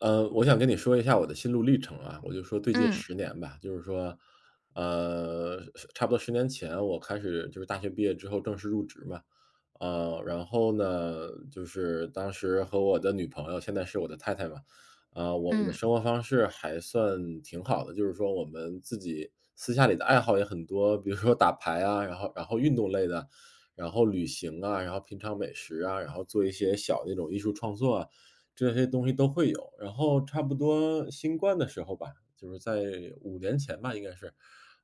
我想跟你说一下我的心路历程啊，我就说最近嗯十年吧，就是说，呃，差不多10年前我开始就是大学毕业之后正式入职嘛，然后呢，就是当时和我的女朋友，现在是我的太太嘛，我们的嗯生活方式还算挺好的，就是说我们自己私下里的爱好也很多，比如说打牌啊，然后运动类的，然后旅行啊，然后品尝美食啊，然后做一些小那种艺术创作啊，这些东西都会有。然后差不多新冠的时候吧，就是在5年前吧，应该是，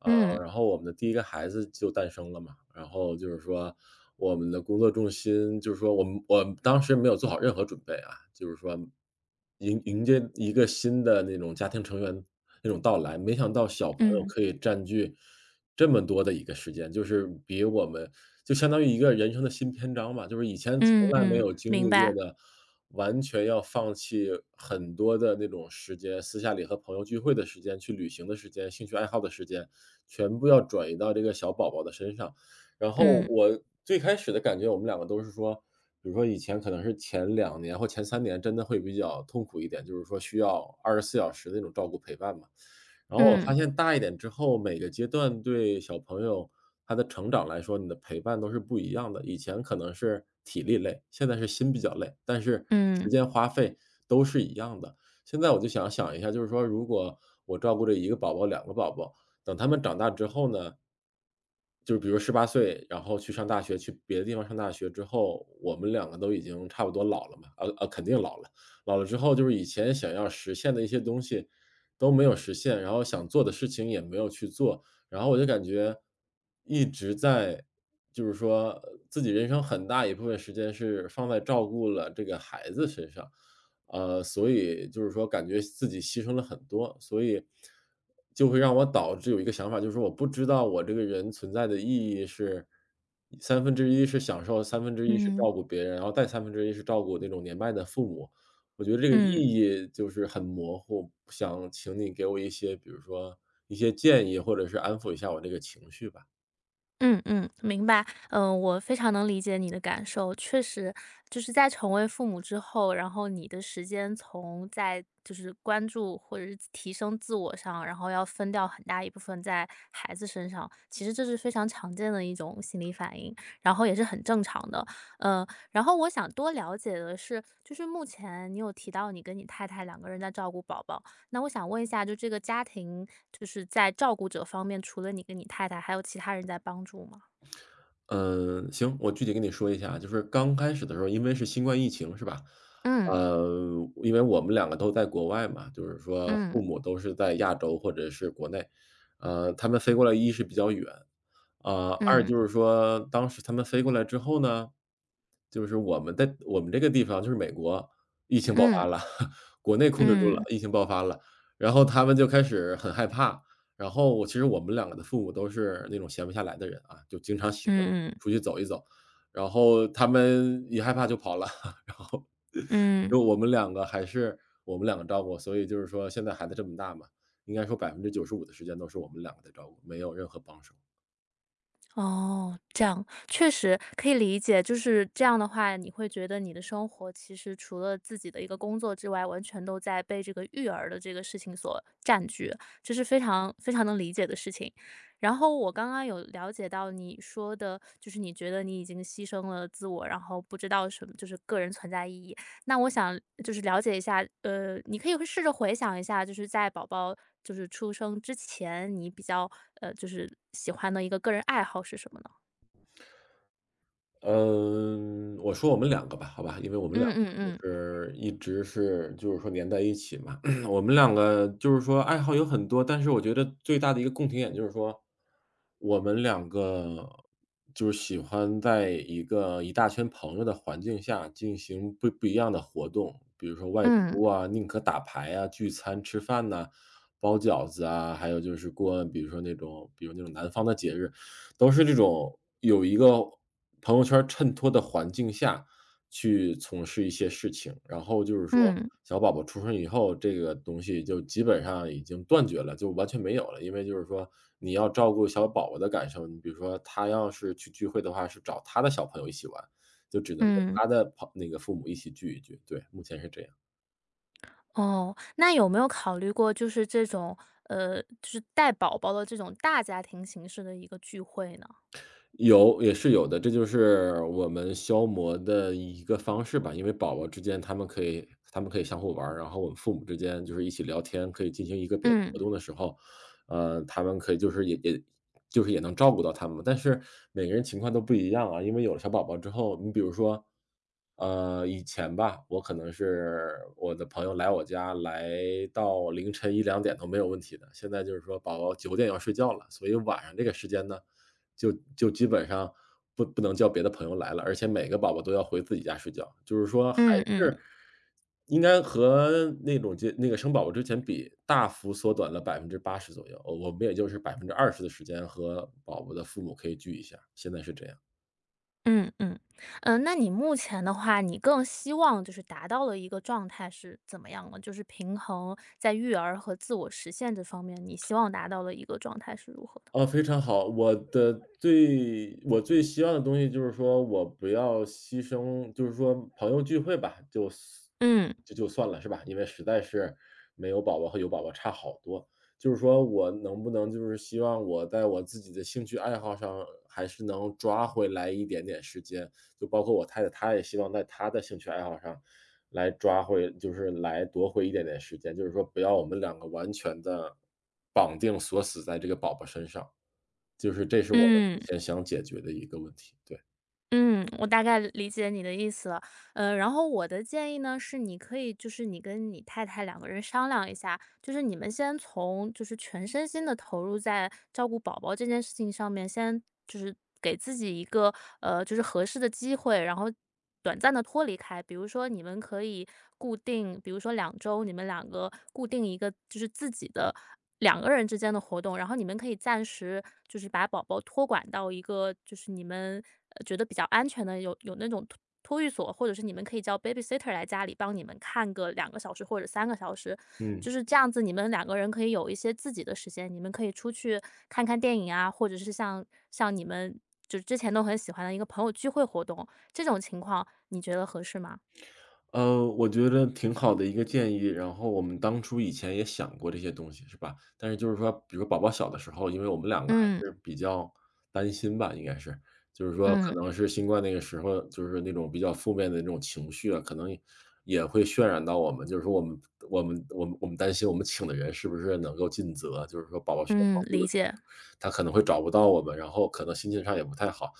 呃，嗯然后我们的第一个孩子就诞生了嘛。然后就是说我们的工作重心就是说我们当时没有做好任何准备啊，就是说迎接一个新的那种家庭成员那种到来，没想到小朋友嗯可以占据这么多的一个时间，就是比我们就相当于一个人生的新篇章吧，就是以前从来没嗯，有经明历过白。的，完全要放弃很多的那种时间，私下里和朋友聚会的时间，去旅行的时间，兴趣爱好的时间，全部要转移到这个小宝宝的身上。然后嗯我最开始的感觉，我们两个都是说，比如说以前可能是前2年或前3年真的会比较痛苦一点，就是说需要24小时那种照顾陪伴嘛。然后我发嗯现大一点之后，每个阶段对小朋友他的成长来说，你的陪伴都是不一样的。以前可能是体力累，现在是心比较累，但是嗯时间花费都是一样的。现在我就想一下，就是说，如果我照顾着一个宝宝、两个宝宝，等他们长大之后呢，就是比如18岁，然后去上大学，去别的地方上大学之后，我们两个都已经差不多老了嘛，肯定老了。老了之后就是以前想要实现的一些东西都没有实现，然后想做的事情也没有去做，然后我就感觉一直在就是说自己人生很大一部分时间是放在照顾了这个孩子身上，所以就是说感觉自己牺牲了很多，所以就会让我导致有一个想法，就是我不知道我这个人存在的意义是三分之一是享受，三分之一是嗯照顾别人，然后再三分之一是照顾那种年迈的父母，我觉得这个意嗯。义就是很模糊，想请你给我一些，比如说一些建议，或者是安抚一下我这个情绪吧。嗯嗯，明白。嗯，我非常能理解你的感受。确实，就是在成为父母之后，然后你的时间从在就是关注或者是提升自我上，然后要分掉很大一部分在孩子身上。其实这是非常常见的一种心理反应，然后也是很正常的。嗯，然后我想多了解的是，就是目前你有提到你跟你太太两个人在照顾宝宝。那我想问一下，就这个家庭，就是在照顾者方面，除了你跟你太太，还有其他人在帮助吗？嗯，行，我具体跟你说一下，就是刚开始的时候，因为是新冠疫情是吧？嗯呃，因为我们两个都在国外嘛，就是说嗯父母都是在亚洲或者是国内，他们飞过来一是比较远，二嗯就是说当时他们飞过来之后呢，就是我们在我们这个地方就是美国，疫情爆嗯发了，国内控制住嗯了，嗯疫情爆发了，然后他们就开始很害怕，然后我其实我们两个的父母都是那种闲不下来的人啊，就经常喜欢嗯嗯出去走一走，然后他们一害怕就跑了，然后嗯。就我们两个还是我们两个照顾，所以就是说现在孩子这么大嘛，应该说95%的时间都是我们两个在照顾，没有任何帮手。哦，这样，确实可以理解。就是这样的话，你会觉得你的生活其实除了自己的一个工作之外，完全都在被这个育儿的这个事情所占据，这是非常非常能理解的事情。然后我刚刚有了解到你说的，就是你觉得你已经牺牲了自我，然后不知道什么就是个人存在意义。那我想就是了解一下，你可以会试着回想一下，就是在宝宝就是出生之前，你比较就是喜欢的一个个人爱好是什么呢？嗯，我说我们两个吧，好吧，因为我们嗯两个嗯就嗯是一直是就是说连在一起嘛，我们两个就是说爱好有很多，但是我觉得最大的一个共同点就是说，我们两个就是喜欢在一个一大圈朋友的环境下进行不一样的活动，比如说外嗯出啊，宁可打牌啊，聚餐吃饭呐、包饺子啊，还有就是过，比如说那种，比如那种南方的节日，都是这种有一个朋友圈衬托的环境下去从事一些事情。然后就是说嗯小宝宝出生以后，这个东西就基本上已经断绝了，就完全没有了。因为就是说你要照顾小宝宝的感受，你比如说他要是去聚会的话，是找他的小朋友一起玩，就只能跟嗯，他的朋那个父母一起聚一聚，对，目前是这样。哦，那有没有考虑过就是这种就是带宝宝的这种大家庭形式的一个聚会呢？有，也是有的，这就是我们消磨的一个方式吧。因为宝宝之间他们可以相互玩儿，然后我们父母之间就是一起聊天，可以进行一个别的活嗯动的时候，他们可以就是也就是也能照顾到他们。但是每个人情况都不一样啊，因为有了小宝宝之后，你比如说，以前吧，我可能是我的朋友来我家，来到凌晨一两点都没有问题的。现在就是说宝宝9点要睡觉了，所以晚上这个时间呢，就基本上不能叫别的朋友来了，而且每个宝宝都要回自己家睡觉。就是说还嗯嗯。是应该和那种结那个生宝宝之前比，大幅缩短了80%左右，我们也就是20%的时间和宝宝的父母可以聚一下，现在是这样。嗯嗯嗯，那你目前的话，你更希望就是达到了一个状态是怎么样呢？就是平衡在育儿和自我实现这方面，你希望达到的一个状态是如何的？哦，非常好。我最希望的东西就是说我不要牺牲就是说朋友聚会吧，就嗯就就算了，是吧？因为实在是没有宝宝和有宝宝差好多。就是说我能不能就是希望我在我自己的兴趣爱好上还是能抓回来一点点时间，就包括我太太，她也希望在她的兴趣爱好上来抓回就是来夺回一点点时间，就是说不要我们两个完全的绑定锁死在这个宝宝身上，就是这是我们嗯。目前想解决的一个问题，对，嗯，我大概理解你的意思了。然后我的建议呢是，你可以就是你跟你太太两个人商量一下，就是你们先从就是全身心的投入在照顾宝宝这件事情上面，先就是给自己一个就是合适的机会，然后短暂的脱离开。比如说你们可以固定，比如说两周，你们两个固定一个就是自己的。两个人之间的活动，然后你们可以暂时就是把宝宝托管到一个就是你们觉得比较安全的有那种托育所，或者是你们可以叫 babysitter 来家里帮你们看个两个小时或者三个小时，嗯。就是这样子，你们两个人可以有一些自己的时间，你们可以出去看看电影啊，或者是像你们就是之前都很喜欢的一个朋友聚会活动，这种情况你觉得合适吗？我觉得挺好的一个建议。然后我们当初以前也想过这些东西，是吧？但是就是说，比如宝宝小的时候，因为我们两个嗯还是比较担心吧，应该是，就是说可嗯能是新冠那个时候，就是那种比较负面的那种情绪啊，可能也会渲染到我们，就是说我们担心我们请的人是不是能够尽责，就是说宝宝需要嗯，帮助理的时候。解。他可能会找不到我们，然后可能心情上也不太好。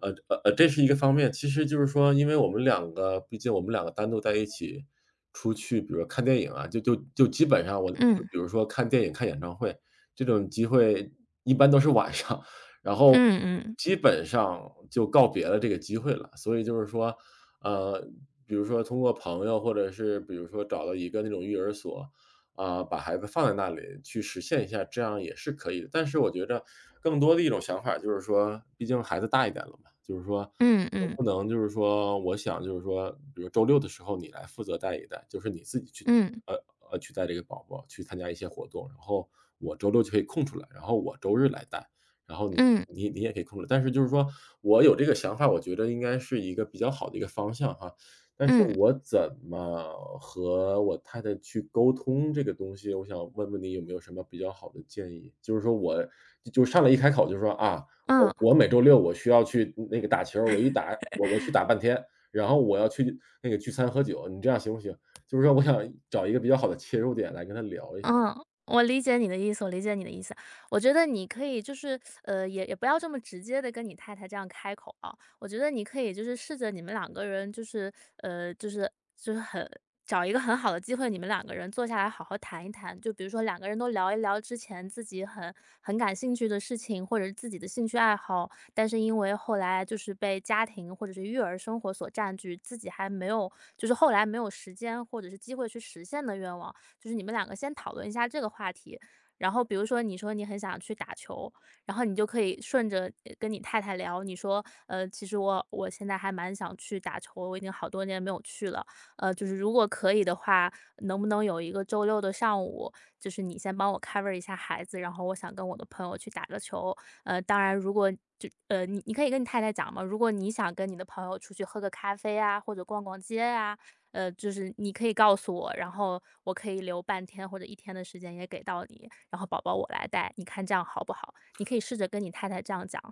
这是一个方面。其实就是说，因为我们两个，毕竟我们两个单独在一起出去，比如说看电影啊，就基本上我就嗯比如说看电影、看演唱会，这种机会一般都是晚上，然嗯后嗯基本上就告别了这个机会了。所以就是说，呃，比如说通过朋友，或者是比如说找到一个那种育儿所，啊，把孩子放在那里去实现一下，这样也是可以的。但是我觉着更多的一种想法就是说，毕竟孩子大一点了嘛，就是说嗯能嗯不能就是说，我想就是说，比如周六的时候你来负责带一带，就是你自己去，嗯呃去带这个宝宝去参加一些活动，然后我周六就可以空出来，然后我周日来带，然后你嗯。你你也可以空出来。但是就是说我有这个想法，我觉得应该是一个比较好的一个方向哈。但是嗯，我怎么和我太太去沟通这个东西，我想问问你有没有什么比较好的建议？就是说我就上来一开口就说：“啊，嗯，我每周六我需要去那个打球儿我去打半天，然后我要去那个聚餐喝酒，你这样行不行？”就是说我想找一个比较好的切入点来跟她聊一下。嗯，我理解你的意思，我理解你的意思。我觉得你可以就是，也不要这么直接的跟你太太这样开口啊。我觉得你可以就是试着你们两个人就是，呃，就是就是很找一个很好的机会，你们两个人坐下来好好谈一谈。就比如说两个人都聊一聊之前自己很感兴趣的事情，或者是自己的兴趣爱好，但是因为后来就是被家庭或者是育儿生活所占据，自己还没有就是后来没有时间或者是机会去实现的愿望。就是你们两个先讨论一下这个话题。然后比如说你说你很想去打球，然后你就可以顺着跟你太太聊，你说，其实我现在还蛮想去打球，我已经好多年没有去了，就是如果可以的话，能不能有一个周六的上午，就是你先帮我 cover 一下孩子，然后我想跟我的朋友去打个球，当然如果你可以跟你太太讲嘛，如果你想跟你的朋友出去喝个咖啡啊，或者逛逛街啊，就是你可以告诉我，然后我可以留半天或者一天的时间也给到你，然后宝宝我来带，你看这样好不好？你可以试着跟你太太这样讲。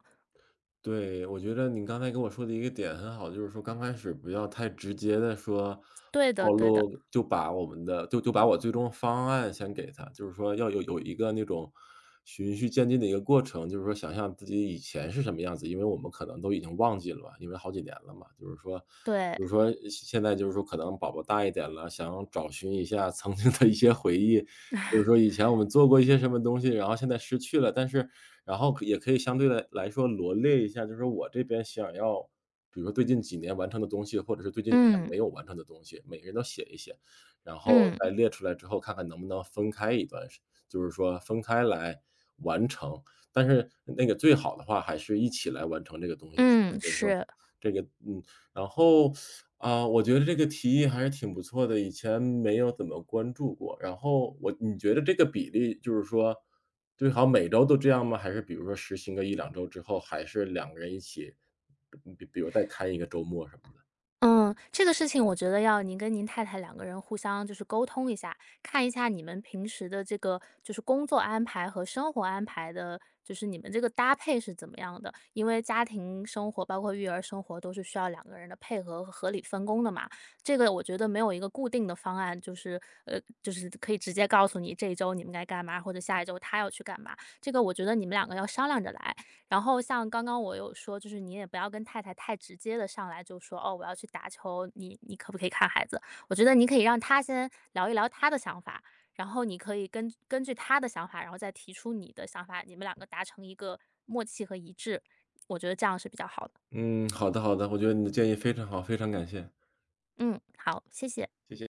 对，我觉得你刚才跟我说的一个点很好，就是说刚开始不要太直接的说对的暴对的，露，就把我们的就把我最终方案先给他，就是说要有一个那种循序渐进的一个过程，就是说想象自己以前是什么样子，因为我们可能都已经忘记了嘛，因为好几年了嘛，就是说，对，比如说现在就是说可能宝宝大一点了，想找寻一下曾经的一些回忆，就是说以前我们做过一些什么东西，然后现在失去了，但是然后也可以相对的来说罗列一下，就是我这边想要比如说最近几年完成的东西，或者是最近几年嗯，没有完成的东西，每个人都写一写，然后嗯，再列出来之后，看看能不能分开一段时就是说分开来完成。但是那个最好的话还是一起来完成这个东西，嗯，就是说是。这个嗯，然后啊，我觉得这个提议还是挺不错的，以前没有怎么关注过。然后我你觉得这个比例就是说，最好每周都这样吗？还是比如说实行个一两周之后，还是两个人一起，比如再开一个周末什么的？嗯，这个事情我觉得要您跟您太太两个人互相就是沟通一下，看一下你们平时的这个就是工作安排和生活安排的，就是你们这个搭配是怎么样的？因为家庭生活包括育儿生活都是需要两个人的配合和合理分工的嘛。这个我觉得没有一个固定的方案，就是就是可以直接告诉你这一周你们该干嘛，或者下一周他要去干嘛。这个我觉得你们两个要商量着来。然后像刚刚我有说，就是你也不要跟太太太直接的上来就说："哦，我要去打球，你可不可以看孩子？"我觉得你可以让他先聊一聊他的想法，然后你可以根据他的想法，然后再提出你的想法，你们两个达成一个默契和一致，我觉得这样是比较好的。嗯，好的好的，我觉得你的建议非常好，非常感谢，嗯，好，谢谢。谢谢。